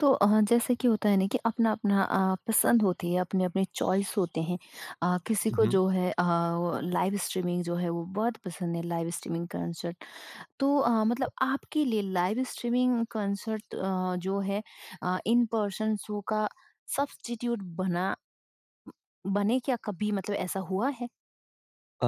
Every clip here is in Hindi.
तो जैसे कि होता है ना कि अपना-अपना पसंद होती है, अपने-अपने चॉइस होते हैं। किसी को हुँ। जो है वो लाइव स्ट्रीमिंग जो है वो बहुत पसंद है, लाइव स्ट्रीमिंग कंसर्ट। तो मतलब आपके लिए लाइव स्ट्रीमिंग कंसर्ट जो है इन पर्सन शो का सब्स्टिट्यूट बना बने क्या कभी मतलब ऐसा हुआ है? अ,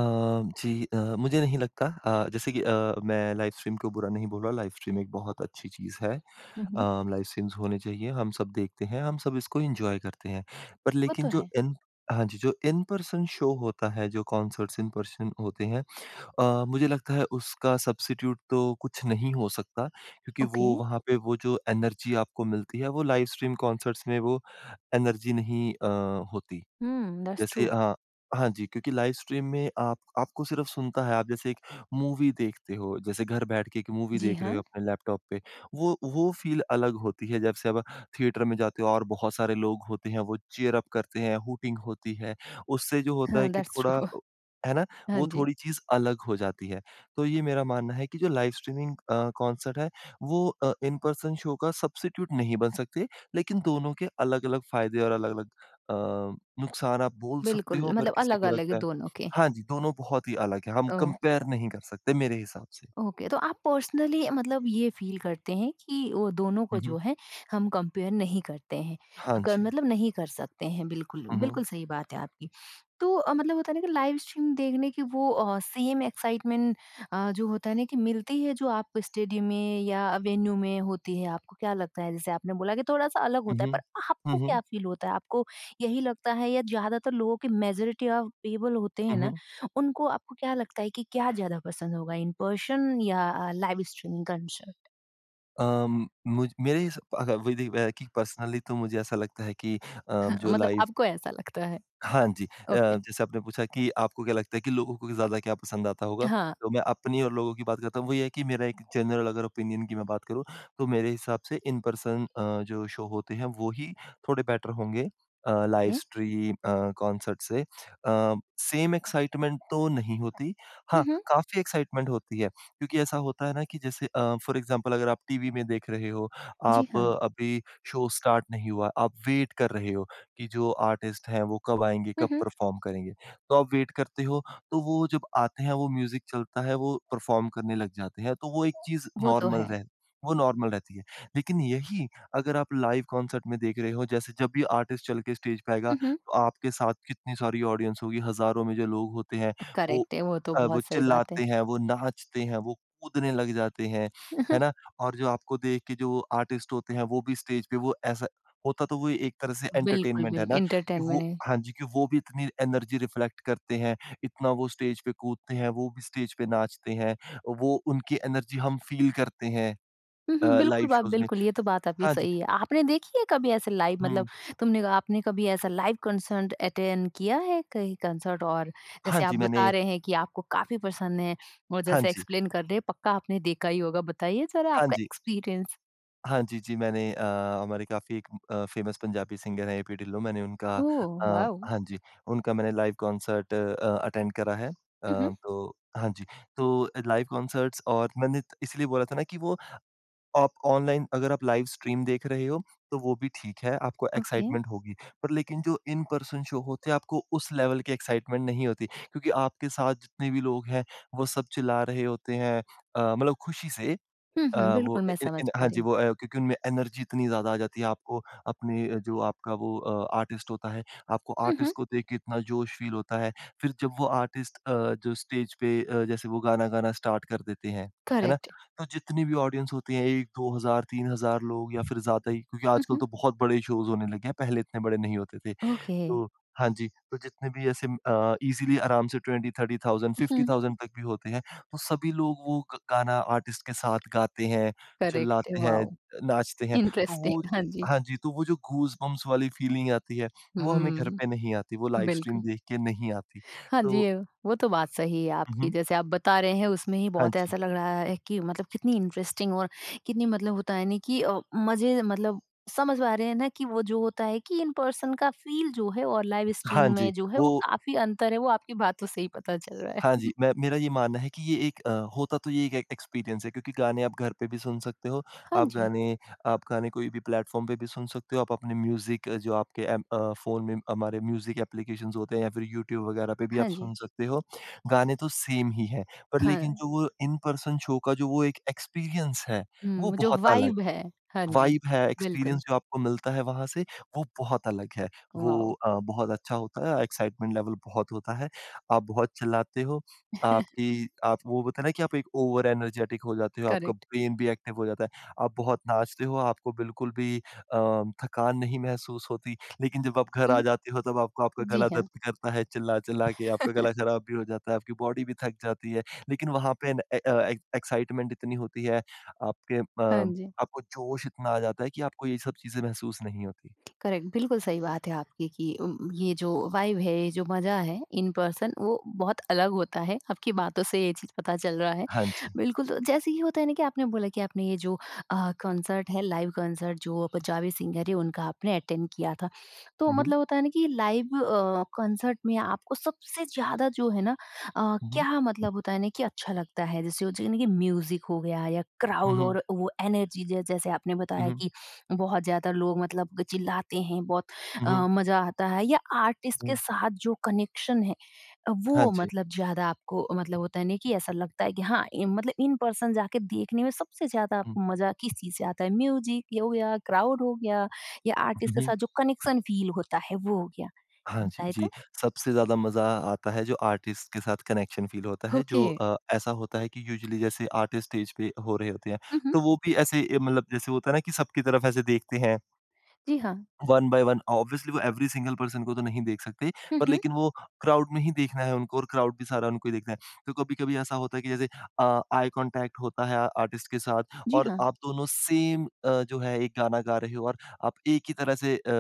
जी मुझे नहीं लगता जैसे कि मैं लाइव स्ट्रीम को बुरा नहीं बोल रहा, लाइव स्ट्रीम एक बहुत अच्छी चीज़ है। हुँ, अ, हुँ। लाइव स्ट्रीम्स होने चाहिए, हम सब देखते हैं, हम सब इसको एन्जॉय करते हैं। पर वो लेकिन तो जो है। इन हाँ जी, जो इन पर्सन शो होता है, जो कॉन्सर्ट्स इन पर्सन होते हैं मुझे लगता है उसका सब्स्टिट्यूट तो कुछ नहीं हो सकता क्योंकि ओके। वो वहाँ पे वो जो एनर्जी आपको मिलती है, वो लाइव स्ट्रीम कॉन्सर्ट्स में वो एनर्जी नहीं होती। हुँ, दैट्स जैसे ट्रू। हाँ, हाँ जी, क्योंकि लाइव स्ट्रीम में आप आपको सिर्फ़ सुनता है, आप जैसे एक मूवी देखते हो, जैसे घर बैठ के एक मूवी जी देख रहे हाँ। हो अपने लैपटॉप पे, वो फ़ील अलग होती है, जब से अब थिएटर में जाते हो और बहुत सारे लोग होते हैं, वो चीयर अप करते हैं, हूटिंग होती है, उससे जो होता है हाँ, कि दैट्स ट्रू। थोड़ा है ना? हाँ वो जी, थोड़ी चीज़ अलग हो जाती है। तो ये मेरा मानना है कि जो लाइव स्ट्रीमिंग कॉन्सर्ट है, वो इन पर्सन शो का सब्स्टिट्यूट नहीं बन सकते, लेकिन दोनों के अलग-अलग फ़ायदे और अलग-अलग अ, नुकसान आप बोल सकते हो बिल्कुल अगर मतलब किसी को अलग-अलग है लगता है। दोनों के। हाँ जी, दोनों बहुत ही अलग हैं, हम ओ कंपेयर नहीं कर सकते मेरे हिसाब से। ओके तो आप पर्सनली मतलब ये फील करते हैं कि वो दोनों को हुँ, हुँ। जो है हम कंपेयर नहीं करते हैं हाँ अगर जी। मतलब नहीं कर सकते हैं। बिल्कुल हुँ, हुँ। बिल्कुल सही बात है आपकी। तो मतलब होता है ना कि लाइव स्ट्रीम देखने की वो सेम एक्साइटमेंट जो होता है ना कि मिलती है जो आप स्टेडियम में या वेन्यू में होती है, आपको क्या लगता है? जैसे आपने बोला कि थोड़ा सा अलग हुँ, होता है, हुँ। पर हुँ, आपको हुँ। क्या फील होता है? आपको यही लगता है या ज्यादातर लोगों के, मेजोरिटी ऑफ पीपल होते हैं हुँ, ना, हुँ। उनको आपको क्या लगता है कि क्या ज़्यादा पसंद होगा, इन पर्सन या लाइव स्ट्रीमिंग कंसर्ट? अम, मुझ मेरे हिसा अगर वही देखिए कि पर्सनली तो मुझे ऐसा लगता है कि अम, हाँ, जो मतलब लाइफ आपको ऐसा लगता है। हाँ जी। ओके। जैसे आपने पूछा कि आपको क्या लगता है कि लोगों को ज़्यादा क्या पसंद आता होगा? हाँ। तो मैं अपनी और लोगों की बात करता हूँ, वो ये है कि मेरा एक जनरल अगर ओपिनियन की मैं बात करूँ, तो मेरे हिसाब से इन पर्सन जो शो होते हैं, वो ही थोड़े बेटर होंगे लाइव ओके। स्ट्रीम कॉन्सर्ट से। सेम एक्साइटमेंट तो नहीं होती। हाँ, हुँ, हुँ। काफ़ी एक्साइटमेंट होती है, क्योंकि ऐसा होता है ना कि जैसे फ़ॉर एग्ज़ाम्पल अगर आप टीवी में देख रहे हो, जी आप हाँ। अभी शो स्टार्ट नहीं हुआ, आप वेट कर रहे हो। कि जो आर्टिस्ट हैं वो कब आएँगे, हुँ, कब हुँ। परफ़ॉर्म करेंगे। तो आप वेट करते हो, तो वो जब आते हैं वो म्यूज़िक चलता है, वो परफ़ॉर्म करने लग जाते हैं, तो वो एक चीज़ वो तो नॉर्मल है। रह वो नॉर्मल रहती है। लेकिन यही अगर आप लाइव कॉन्सर्ट में देख रहे हो, जैसे जब भी आर्टिस्ट चल के स्टेज पे आएगा, हुँ, हुँ। तो आपके साथ कितनी सारी ऑडियंस होगी, हज़ारों में जो लोग होते हैं, वो करेक्ट है, वो तो वो बहुत सही बात है। चिल्लाते हैं, वो नाचते हैं, वो कूदने लग जाते हैं, है ना? और जो आपको देख के जो आर्टिस्ट होते हैं, वो भी स्टेज पे वो ऐसा होता तो वो एक तरह से बिल्कुल, एंटरटेनमेंट है बिल्कुल ना, कि वो एंटरटेनमेंट है। हाँ जी, कि वो भी इतनी एनर्जी रिफ्लेक्ट करते हैं, इतना वो स्टेज पे कूदते हैं, वो भी स्टेज पे नाचते हैं, वो उनकी एनर्जी हम फ़ील करते हैं हुँ, हुँ, लाइव बिल्कुल बात शोज़ में। बिल्कुल, ये तो बात आपकी हाँ जी, सही है। आपने देखी है कभी ऐसे लाइव हुँ, मतलब तुमने आपने कभी ऐसा लाइव कंसर्ट अटेंड किया है कहीं कंसर्ट? और हाँ जैसे जी, आप बता मैंने रहे हैं कि आपको काफ़ी पसंद है और हाँ जैसे जी, एक्सप्लेन कर रहे हैं, पक्का आपने देखा ही होगा। बताइए ज़रा हाँ आपका जी, एक्सपीरियंस? हाँ जी, जी मैंने हमारे काफ़ी एक फ़ेमस पंजाबी सिंगर हैं एपी ढिल्लों, मैंने उनका ओह! वाओ! हाँ जी, उनका मैंने लाइव कॉन्सर्ट अटेंड करा है। हुँ, हुँ। तो हाँ जी, तो लाइव कॉन्सर्ट्स और मैंने त इसलिए बोला था ना कि वो आप ऑनलाइन अगर आप लाइव स्ट्रीम देख रहे हो, तो वो भी ठीक है, आपको ओके। एक्साइटमेंट होगी। पर लेकिन जो इन पर्सन शो होते हैं, आपको उस लेवल की एक्साइटमेंट नहीं होती क्योंकि आपके साथ जितने भी लोग हैं, वो सब चिल्ला रहे होते हैं मतलब खुशी से हुँ, अ, हुँ, वो बिल्कुल इ मैं इन समझ इन पा हाँ रही जी, हूँ। वो क्योंकि उनमें एनर्जी इतनी ज़्यादा आ जाती है आपको अपने जो आपका वो आर्टिस्ट होता है, आपको हुँ, हुँ, आर्टिस्ट को देख के इतना जोश फ़ील होता है। फिर जब वो आर्टिस्ट जो स्टेज पे जैसे वो गाना गाना स्टार्ट कर देते हैं, है ना? करेक्ट। तो जितनी भी ऑडियंस होती है 1, 2000, 3000 लोग या फिर ज़्यादा ही क्योंकि हुँ, आजकल हुँ, तो बहुत बड़े शोज़ होने लगे हैं, पहले इतने बड़े नहीं होते थे। ओके। तो हाँ जी, तो जितने भी ऐसे ईज़िली आराम से 20, 30,000, हुँ, 50,000 तक भी होते हैं। तो सभी लोग वो ग गाना आर्टिस्ट के साथ गाते हैं, करेक्ट चिल्लाते हैं, वाओ! नाचते हैं। तो वो इंटरेस्टिंग हाँ जी। हाँ जी, तो वो जो गूज़बम्प्स वाली फीलिंग आती है, वो हमें घर हुँ, पे नहीं आती, वो लाइव स्ट्रीम बिल्कुल। देख के नहीं आती। हाँ जी, तो ये वो तो बात सही है हुँ, आपकी। हुँ। जैसे आप बता रहे हैं उसमें ही हाँ बहुत जी। ऐसा लग रहा है कि मतलब कितनी इंटरेस्टिंग और कितनी मतलब होता है ना कि मज़े मतलब समझ पा रहे हैं ना कि वो जो होता है कि इन पर्सन का फ़ील जो है और लाइव स्ट्रीम हाँ जी, में जो है वो वो काफ़ी अंतर है, वो आपकी बातों से ही पता चल रहा हाँ है। जी, मैं मेरा ये मानना है कि ये एक अ, होता तो ये एक एक एक्सपीरियंस है क्योंकि गाने आप घर पे भी सुन सकते हो, हाँ आप जी, गाने आप गाने कोई भी प्लेटफ़ॉर्म पे भी सुन सकते हो, आप अपने म्यूज़िक जो आपके फ़ोन में हमारे म्यूज़िक एप्लीकेशंस होते हैं या फिर यूट्यूब वगैरह पे भी आप हाँ जी, सुन सकते हो। गाने तो सेम ही हैं, पर लेकिन हाँ। जो वो इन पर्सन शो का जो वो एक एक्सपीरियंस है, हुँ, वो वो जो बहुत अलग वाइब है। हाँ जी, वाइब है, बिल्कुल। एक्सपीरियंस जो आपको मिलता है वहाँ से, वो बहुत अलग है। वो वॉव! बहुत अच्छा होता है, एक्साइटमेंट लेवल बहुत होता है। आप बहुत चिल्लाते हो, आपकी आप वो होता है ना कि आप एक ओवर एनर्जेटिक हो जाते हो, आपका करेक्ट। ब्रेन भी एक्टिव हो जाता है। आप बहुत नाचते हो, आपको बिल्कुल भी थकान नहीं महसूस होती। लेकिन जब आप घर आ हुँ, जाते हो तब आपको आपका जी गला दर्द हाँ। करता है चिल्ला-चिल्ला के, आपका गला खराब भी हो जाता है, आपकी बॉडी भी थक जाती है। लेकिन वहाँ पे एक्साइटमेंट इतनी होती है, आपके अ हाँ जी। आपको जोश इतना आ जाता है कि आपको ये सब चीज़ें महसूस नहीं होती। करेक्ट, बिल्कुल सही बात है आपकी कि ये जो वाइब है, ये जो मज़ा है इन पर्सन वो बहुत अलग होता है। आपकी बातों से ये चीज़ पता चल रहा है। हाँ जी। बिल्कुल, तो जैसे ये होता है ना कि आपने बोला कि आपने ये जो कॉन्सर्ट है, लाइव कॉन्सर्ट जो पंजाबी सिंगर है उनका आपने अटेंड किया था। तो हुँ, हुँ। मतलब होता है ना कि लाइव कॉन्सर्ट में आपको सबसे ज़्यादा जो है ना हुँ, हुँ। क्या मतलब होता है ना कि अच्छा लगता है? जैसे होता है ना कि म्यूज़िक हो गया या हुँ, क्राउड हुँ, और वो एनर्जी ज जैसे आपने बताया हुँ, कि बहुत ज़्यादा लोग मतलब चिल्लाते हैं, बहुत हुँ, मज़ा आता है या आर्टिस्ट के हुँ। साथ जो कनेक्शन है, हाँ वो जी। मतलब ज़्यादा आपको मतलब होता है ना कि ऐसा लगता है कि हाँ, इ मतलब इन पर्सन जाके देखने में सबसे ज़्यादा हुँ, आपको मज़ा किस चीज़ से आता है? म्यूज़िक ये हो गया, क्राउड हो गया या आर्टिस्ट के हुँ। साथ जो कनेक्शन फील होता है वो हो गया, हाँ जी, बताएँ जी। तो? सबसे ज़्यादा मज़ा आता है जो आर्टिस्ट के साथ कनेक्शन फ़ील होता है ओके। जो ऐसा होता है कि यूजुअली जैसे आर्टिस्ट स्टेज पे हो रहे होते हैं, हुँ, हुँ। तो वो भी ऐसे मतलब जैसे होता है ना कि सबकी तरफ ऐसे देखते हैं। जी हाँ। वन बाय वन ऑब्वियसली वो एवरी सिंगल पर्सन को तो नहीं देख सकते, हुँ, पर हुँ। लेकिन वो क्राउड में ही देखना है उनको और क्राउड भी सारा उनको ही देखना है। तो कभी-कभी ऐसा होता है कि जैसे आई कॉन्टैक्ट होता है आर्टिस्ट के साथ जी और हाँ। आप दोनों सेम जो है एक गाना गा रहे हो और आप एक ही तरह से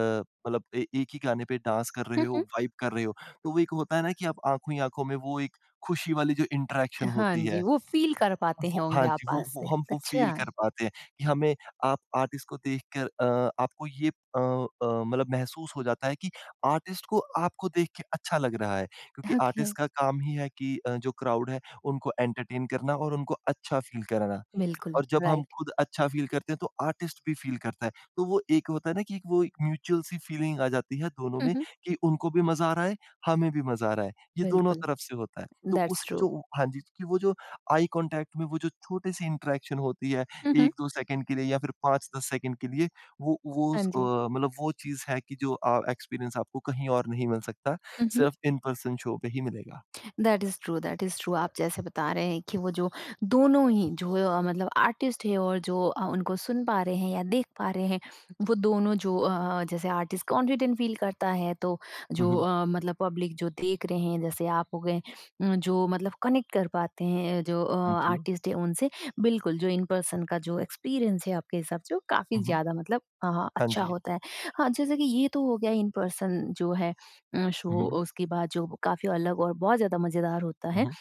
मतलब ए एक ही गाने पे डांस कर रहे हुँ, हो, हुँ। वाइब कर रहे हो। तो वो एक होता है ना कि आप आँखों ही आँखों में वो एक खुशी वाली जो इंटरैक्शन हाँ होती जी, है। वो फील कर पाते वो हैं हाँ होंगे आप जी, वो पास वो से। हम वो फ़ील अच्छा। कर पाते हैं कि हमें आप आर्टिस्ट को देखकर आपको मतलब महसूस हो जाता है कि आर्टिस्ट को आपको देख के अच्छा लग रहा है क्योंकि ओके। आर्टिस्ट का काम ही है कि जो क्राउड है, उनको एंटरटेन करना और उनको अच्छा फ़ील कराना। बिल्कुल, और जब हम राइट। खुद अच्छा फ़ील करते हैं तो आर्टिस्ट भी फ़ील करता है। तो वो एक होता है ना कि वो एक म्यूचुअल सी फ़ीलिंग आ जाती है दोनों हुँ, में हुँ। कि उनको भी मज़ा आ रहा है, हमें भी मज़ा आ रहा है। ये दोनों बिल्कुल। तरफ से होता है। तो उस दैट्स ट्रू। जो हाँ जी, कि वो जो आई कॉन्टैक्ट में वो जो छोटे-से इंटरैक्शन होती है हुँ, हुँ। 1-2 सेकंड के लिए या फिर 5-10 सेकंड के लिए हाँ जी। मतलब वो चीज़ है कि जो एक्सपीरियंस आपको कहीं और नहीं मिल सकता, हुँ, हुँ। सिर्फ़ इन पर्सन शो पे ही मिलेगा। That is true, that is true. आप जैसे बता रहे हैं कि वो जो दोनों ही जो मतलब आर्टिस्ट है और जो उनको सुन पा रहे हैं या देख पा रहे हैं, वो दोनों जो जैसे आर्टिस्ट कॉन्फिडेंट फ़ील करता है तो हुँ, हुँ। हुँ, जो हुँ। मतलब पब्लिक जो देख रहे हैं जैसे आप हो गए, जो मतलब कनेक्ट कर पाते हैं जो हाँ जी। आर्टिस्ट है उनसे, बिल्कुल जो इन पर्सन का जो एक्सपीरियंस है आपके हिसाब से वो हुँ, काफ़ी हुँ। ज़्यादा मतलब हाँ अच्छा जी। होता है। हाँ, जैसे कि ये तो हो गया इन पर्सन जो है हुँ, शो, हुँ। उसके बाद जो काफ़ी अलग और बहुत ज़्यादा मज़ेदार होता हुँ, है। हुँ।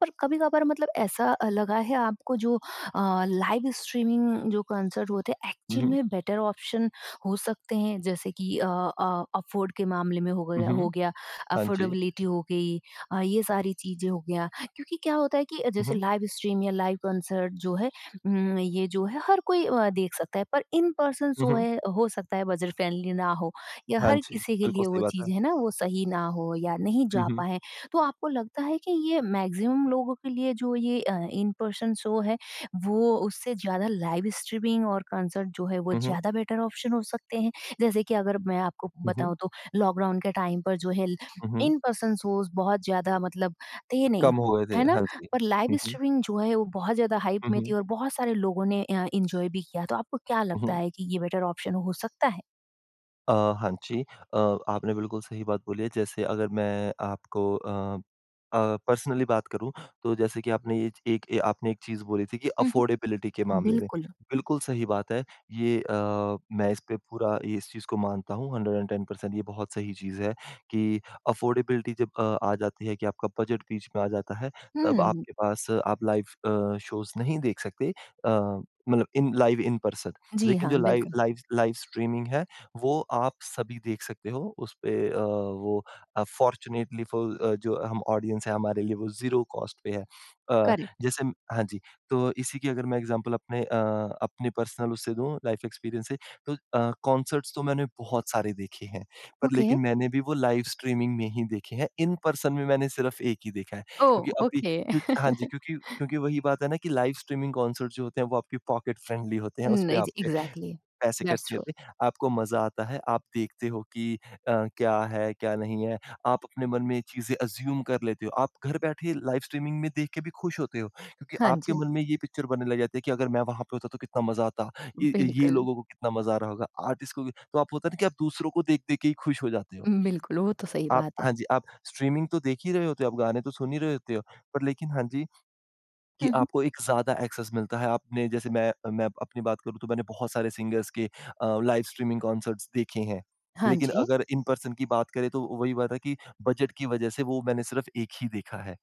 पर कभी-कभार मतलब ऐसा लगा है आपको जो लाइव स्ट्रीमिंग जो कॉन्सर्ट होते हैं हुँ, एक्चुअल हुँ। में बेटर ऑप्शन हो सकते हैं जैसे कि अफोर्ड के मामले में हो हुँ, गया हो हुँ। गया, हाँ जी। अफोर्डेबिलिटी हो गई, ये सारी चीज़ें हो गया, क्योंकि क्या होता है कि हुँ, जैसे हुँ। लाइव स्ट्रीम या लाइव कॉन्सर्ट जो है ये जो है हर कोई देख सकता है पर इन पर्सन हुँ, शो हुँ। है हो सकता है बजट फ्रेंडली ना हो या हाँ हर जी, किसी के बिल्कुल लिए सही वो बात है। चीज़ है ना वो सही ना हो या नहीं हुँ, जा हुँ। पाए। तो आपको लगता है कि ये मैक्सिमम लोगों के लिए जो ये इन पर्सन शो है वो उससे ज़्यादा लाइव स्ट्रीमिंग और कंसर्ट जो है वो हुँ, हुँ। ज़्यादा बेटर ऑप्शन हो सकते हैं? जैसे कि अगर मैं आपको हुँ, हुँ। बताऊँ तो लॉकडाउन के टाइम पर जो है हुँ, हुँ। इन पर्सन शोज़ बहुत ज़्यादा मतलब थे नहीं, कम हो गए थे। है ना? हाँ जी। पर हुँ, लाइव हुँ। स्ट्रीमिंग जो है वो बहुत ज़्यादा हाइप हुँ, में थी हुँ। और बहुत सारे लोगों ने एन्जॉय भी किया। तो आपको क्या हुँ, लगता हुँ। है कि ये बेटर ऑप्शन हो सकता है? अ, हाँ जी। आपने बिल्कुल सही बात बोली है। जैसे अगर मैं आपको पर्सनली बात करूँ तो जैसे कि आपने ये च एक ए आपने एक चीज़ बोली थी कि हुँ, अफ़ोर्डेबिलिटी के हुँ। मामले में। बिल्कुल। बिल्कुल सही बात है। ये मैं इस पे पूरा ये इस चीज़ को मानता हूँ 110% ये बहुत सही चीज़ है कि अफ़ोर्डेबिलिटी जब आ जाती है कि आपका बजट बीच में आ जाता है, तब हुँ, आपके पास आप लाइव शोज़ नहीं देख सकते अ, मतलब इन लाइव इन पर्सन। जी लेकिन हाँ, जो लाइव बिल्कुल। लाइव लाइव स्ट्रीमिंग है वो आप सभी देख सकते हो उस पे वो फ़ॉर्च्यूनेटली फ़ॉर जो हम ऑडियंस है हमारे लिए वो ज़ीरो कॉस्ट पे है। अ, करेक्ट, हाँ जी, तो इसी की अगर मैं एग्ज़ाम्पल अपने पर्सनल उससे दूँ लाइफ़ एक्सपीरियंस से तो कॉन्सर्ट्स तो मैंने बहुत सारे देखे हैं, पर ओके। लेकिन मैंने भी वो लाइव स्ट्रीमिंग में ही देखे हैं, इन पर्सन में मैंने सिर्फ़ एक ही देखा है। क्योंकि ओह! अभी ओके। क्योंकि हाँ जी, क्योंकि क्योंकि वही बात है ना कि लाइव स्ट्रीमिंग कॉन्सर्ट जो होते हैं वो आपकी पॉकेट फ्रेंडली होते हैं, उस पे नहीं जी, आपके एग्ज़ैक्टली पैसे खर्च दैट्स नहीं ट्रू। होते, आपको मज़ा आता है, आप देखते हो कि क्या है, क्या नहीं है, आप अपने मन में चीज़ें अज़्यूम कर लेते हो, आप घर बैठे लाइव स्ट्रीमिंग में देख के भी खुश होते हो, क्योंकि हाँ आपके जी, मन में ये पिक्चर बनने लग जाती है कि अगर मैं वहाँ पे होता तो कितना मज़ा आता, ये ये बिल्कुल, लोगों को कितना मज़ा आ रहा होगा, आर्टिस्ट को भी तो आप होता है ना कि आप दूसरों को देख-देख के ही खुश हो जाते हो। बिल्कुल, वो तो सही आप बात है। हाँ जी, आप स्ट्रीमिंग तो देख ही रहे होते हो, आप गाने तो सुन ही रहे होते हो, पर लेकिन हाँ जी कि हुँ, हुँ। आपको एक ज़्यादा एक्सेस मिलता है। आपने जैसे मैं अपनी बात करूँ तो मैंने बहुत सारे सिंगर्स के लाइव स्ट्रीमिंग कॉन्सर्ट्स देखे हैं। हाँ लेकिन जी, अगर इन पर्सन की बात करें तो वही बात है कि बजट की वजह से वो मैंने सिर्फ़ एक ही देखा है।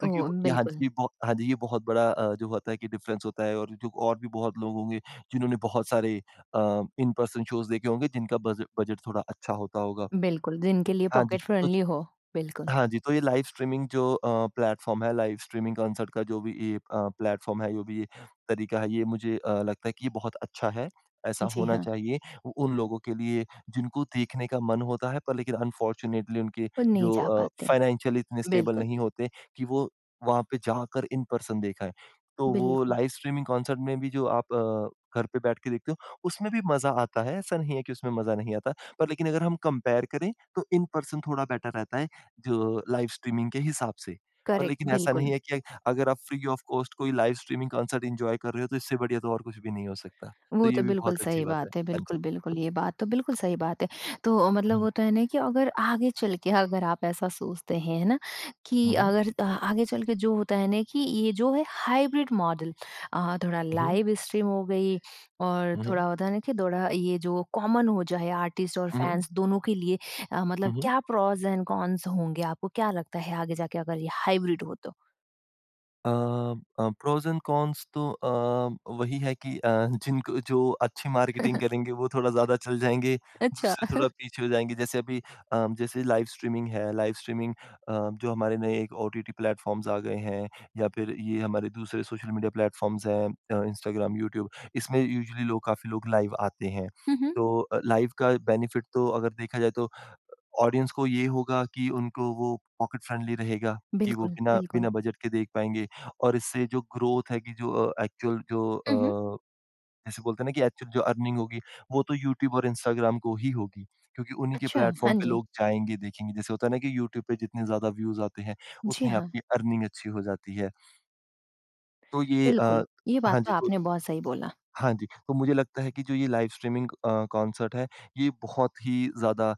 तो ओह! ये हाँ जी, बिल्कुल, ये बहु हाँ जी, ये बहुत बड़ा जो होता है कि डिफ़रेंस होता है और जो और भी बहुत लोग होंगे जिन्होंने बहुत सारे इन पर्सन शोज़ देखे होंगे जिनका बज बजट थोड़ा अच्छा होता होगा। बिल्कुल, जिनके लिए हाँ जी, पॉकेट तो फ्रेंडली हो, बिल्कुल। हाँ जी, तो ये लाइव स्ट्रीमिंग जो प्लेटफ़ॉर्म है, लाइव स्ट्रीमिंग कॉन्सर्ट का जो भी ये प्लेटफ़ॉर्म है, जो भी ये तरीका है, ये मुझे लगता है कि ये बहुत अच्छा है। ऐसा जी होना हाँ, चाहिए उ उन लोगों के लिए जिनको देखने का मन होता है, पर लेकिन अनफॉर्च्यूनेटली उनके वो नहीं जो जा पाते। फाइनेंशियली इतने स्टेबल बिल्कुल, नहीं होते कि वो वहाँ पे जाकर इन पर्सन देख आएँ। तो वो बिल्कुल, लाइव स्ट्रीमिंग कॉन्सर्ट में भी जो आप घर पे बैठ के देखते हो, उसमें भी मज़ा आता है, ऐसा नहीं है कि उसमें मज़ा नहीं आता। पर लेकिन अगर हम कंपेयर करें, तो इन पर्सन थोड़ा बेटर रहता है। जो लाइव स्ट्रीमिंग के हिसाब से। पर करेक्ट, लेकिन ऐसा नहीं बिल्कुल। है कि अगर आप फ्री ऑफ कॉस्ट कोई लाइव स्ट्रीमिंग कॉन्सर्ट एन्जॉय कर रहे हो, तो इससे बढ़िया तो और कुछ भी नहीं हो सकता। तो वो ये तो भी बिल्कुल बहुत अच्छी सही बात है। बात है। हाँ जी। बिल्कुल, बिल्कुल, ये बात तो बिल्कुल सही बात है। तो मतलब हुँ, होता है ना कि अगर आगे चल के अगर आप ऐसा सोचते हैं, है ना? कि हुँ। अगर आगे चल के जो होता है ना कि ये जो है हाइब्रिड मॉडल, थोड़ा हुँ, हुँ। लाइव स्ट्रीम हो गई और हुँ, हुँ। थोड़ा होता है ना कि थोड़ा ये जो कॉमन हो जाए आर्टिस्ट और हुँ, हुँ। फैन्स दोनों के लिए, हुँ, मतलब हुँ। क्या प्रोस एंड कॉन्स होंगे? आपको क्या लगता है आगे जाके अगर ये हाइब्रिड हो तो? अ प्रोस एंड कॉन्स तो वही है कि जिनको जो अच्छी मार्केटिंग करेंगे वो थोड़ा ज़्यादा चल जाएँगे, अच्छा। दूसरे थोड़ा पीछे हो जाएँगे। जैसे अभी जैसे लाइव स्ट्रीमिंग है, लाइव स्ट्रीमिंग अ, जो हमारे नए एक ओटीटी प्लेटफ़ॉर्म्स आ गए हैं या फिर ये हमारे दूसरे सोशल मीडिया प्लेटफ़ॉर्म्स हैं इंस्टाग्राम, यूट्यूब, इसमें यूजुअली लोग काफ़ी लोग लाइव आते हैं। हुँ, हुँ। तो लाइव का बेनिफिट तो अगर देखा जाए तो ऑडियंस को ये होगा कि उनको वो पॉकेट फ्रेंडली रहेगा कि वो बिल्कुल, बिना बिना बिल्कुल। बजट के देख पाएँगे और इससे जो ग्रोथ है कि जो एक्चुअल जो हुँ, हुँ। जैसे बोलते हैं ना कि एक्चुअल जो अर्निंग होगी, वो तो यूट्यूब और इंस्टाग्राम को ही होगी, क्योंकि उन्हीं के अच्छा, हाँ प्लेटफ़ॉर्म पे जी। लोग जाएँगे, देखेंगे। जैसे होता है ना कि यूट्यूब पे जितने ज़्यादा व्यूज़ आते हैं, जी, उतनी हाँ। आपकी अर्निंग अच्छी हो जाती है। तो ये बिल्कुल, ये बात हाँ जी, तो तो आपने बहुत सही बोला। हाँ जी, तो मुझे लगता है कि जो ये लाइव स्ट्रीमिंग कॉन्सर्ट है, ये बहुत ही ज़्यादा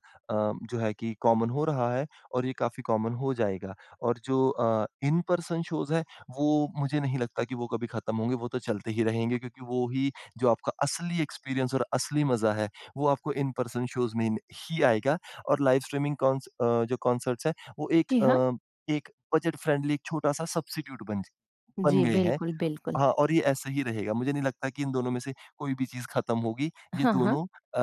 जो है कि कॉमन हो रहा है और ये काफ़ी कॉमन हो जाएगा। और जो इन पर्सन शोज़ हैं, वो मुझे नहीं लगता कि वो कभी ख़त्म होंगे, वो तो चलते ही रहेंगे क्योंकि वो ही जो आपका असली एक्सपीरियंस और असली मज़ा है, वो आपको इन पर्सन शोज़ में ही आएगा। और लाइव स्ट्रीमिंग जो कॉन्सर्ट्स हैं, वो एक जी हाँ, एक बजट फ्रेंडली एक छोटा-सा सब्स्टिट्यूट बन जी गए हैं बिल्कुल, बिल्कुल। हाँ, और ये ऐसा ही रहेगा। मुझे नहीं लगता कि इन दोनों में से कोई भी चीज़ खत्म होगी। ये हाँ, हाँ, दोनों अ,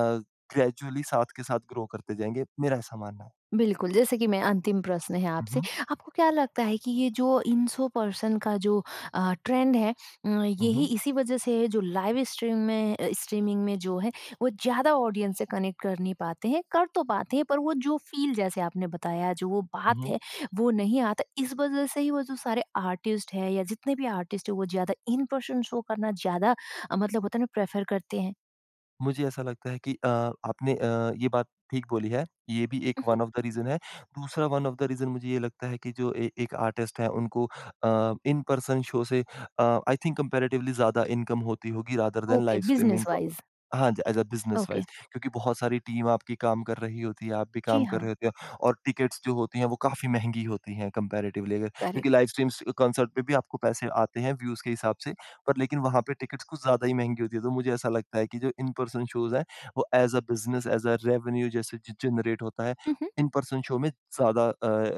ग्रेजुअली साथ के साथ ग्रो करते जाएँगे, मेरा ऐसा मानना है। बिल्कुल। जैसे कि मैं अंतिम प्रश्न है हुँ, आपसे, हुँ। आपको क्या लगता है कि ये जो इन्फो पर्सन का जो ट्रेंड है, हुँ, यही हुँ। इसी वजह से है जो लाइव स्ट्रीम में स्ट्रीमिंग में जो है वो ज़्यादा ऑडियंस से कनेक्ट कर नहीं पाते हैं, कर तो पाते हैं पर वो जो फ़ील जैसे आपने बताया जो वो हुँ, बात हुँ। है, वो नहीं आता। इस वजह से ही वो जो सारे आर्टिस्ट हैं या जितने भी आर्टिस्ट हैं वो ज़्यादा इन पर्सन शो करना ज़्यादा मतलब होता है ना प्रेफ़र करते हैं? मुझे ऐसा लगता है कि आपने ये बात ठीक बोली है। ये भी एक उहुँ, वन ऑफ़ द रीज़न है। दूसरा वन ऑफ़ द रीज़न मुझे ये लगता है कि जो ए एक आर्टिस्ट है उनको इन पर्सन शो से अ, आई थिंक कंपैरेटिवली ज़्यादा इनकम होती होगी rather than okay, live streaming business का वाइज़, हाँ जी, as a business okay. Wise क्योंकि बहुत सारी टीम आपकी काम कर रही होती है, आप भी जी काम कर हाँ, रहे होते हो और टिकट्स जो होती हैं वो काफ़ी महँगी होती हैं कंपैरेटिवली अगर क्योंकि करेक्ट। लाइव स्ट्रीम्स कॉन्सर्ट पे भी आपको पैसे आते हैं व्यूज़ के हिसाब से। पर लेकिन वहाँ पे टिकट्स कुछ ज़्यादा ही महँगी होती है, तो मुझे ऐसा लगता है कि जो इन पर्सन शोज़ हैं, वो as a business, as a revenue जैसे ज जनरेट होता है, उहुँ। इन पर्सन शो में ज़्यादा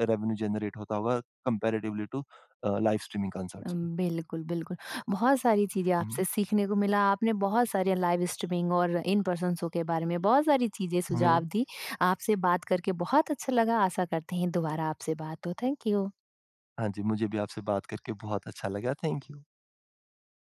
रेवेन्यू जनरेट होता होगा comparatively to live streaming concerts um, में। बिल्कुल, बिल्कुल। बहुत सारी चीज़ें हुँ, आपसे सीखने को मिला, आपने बहुत सारे लाइव स्ट्रीमिंग और इन पर्सन शो के बारे में बहुत सारी चीज़ें हुँ, सुझाव दी। आपसे बात करके बहुत अच्छा लगा, आशा करते हैं दोबारा आपसे बात हो। Thank you. हाँ जी, मुझे भी आपसे बात करके बहुत अच्छा लगा। Thank you.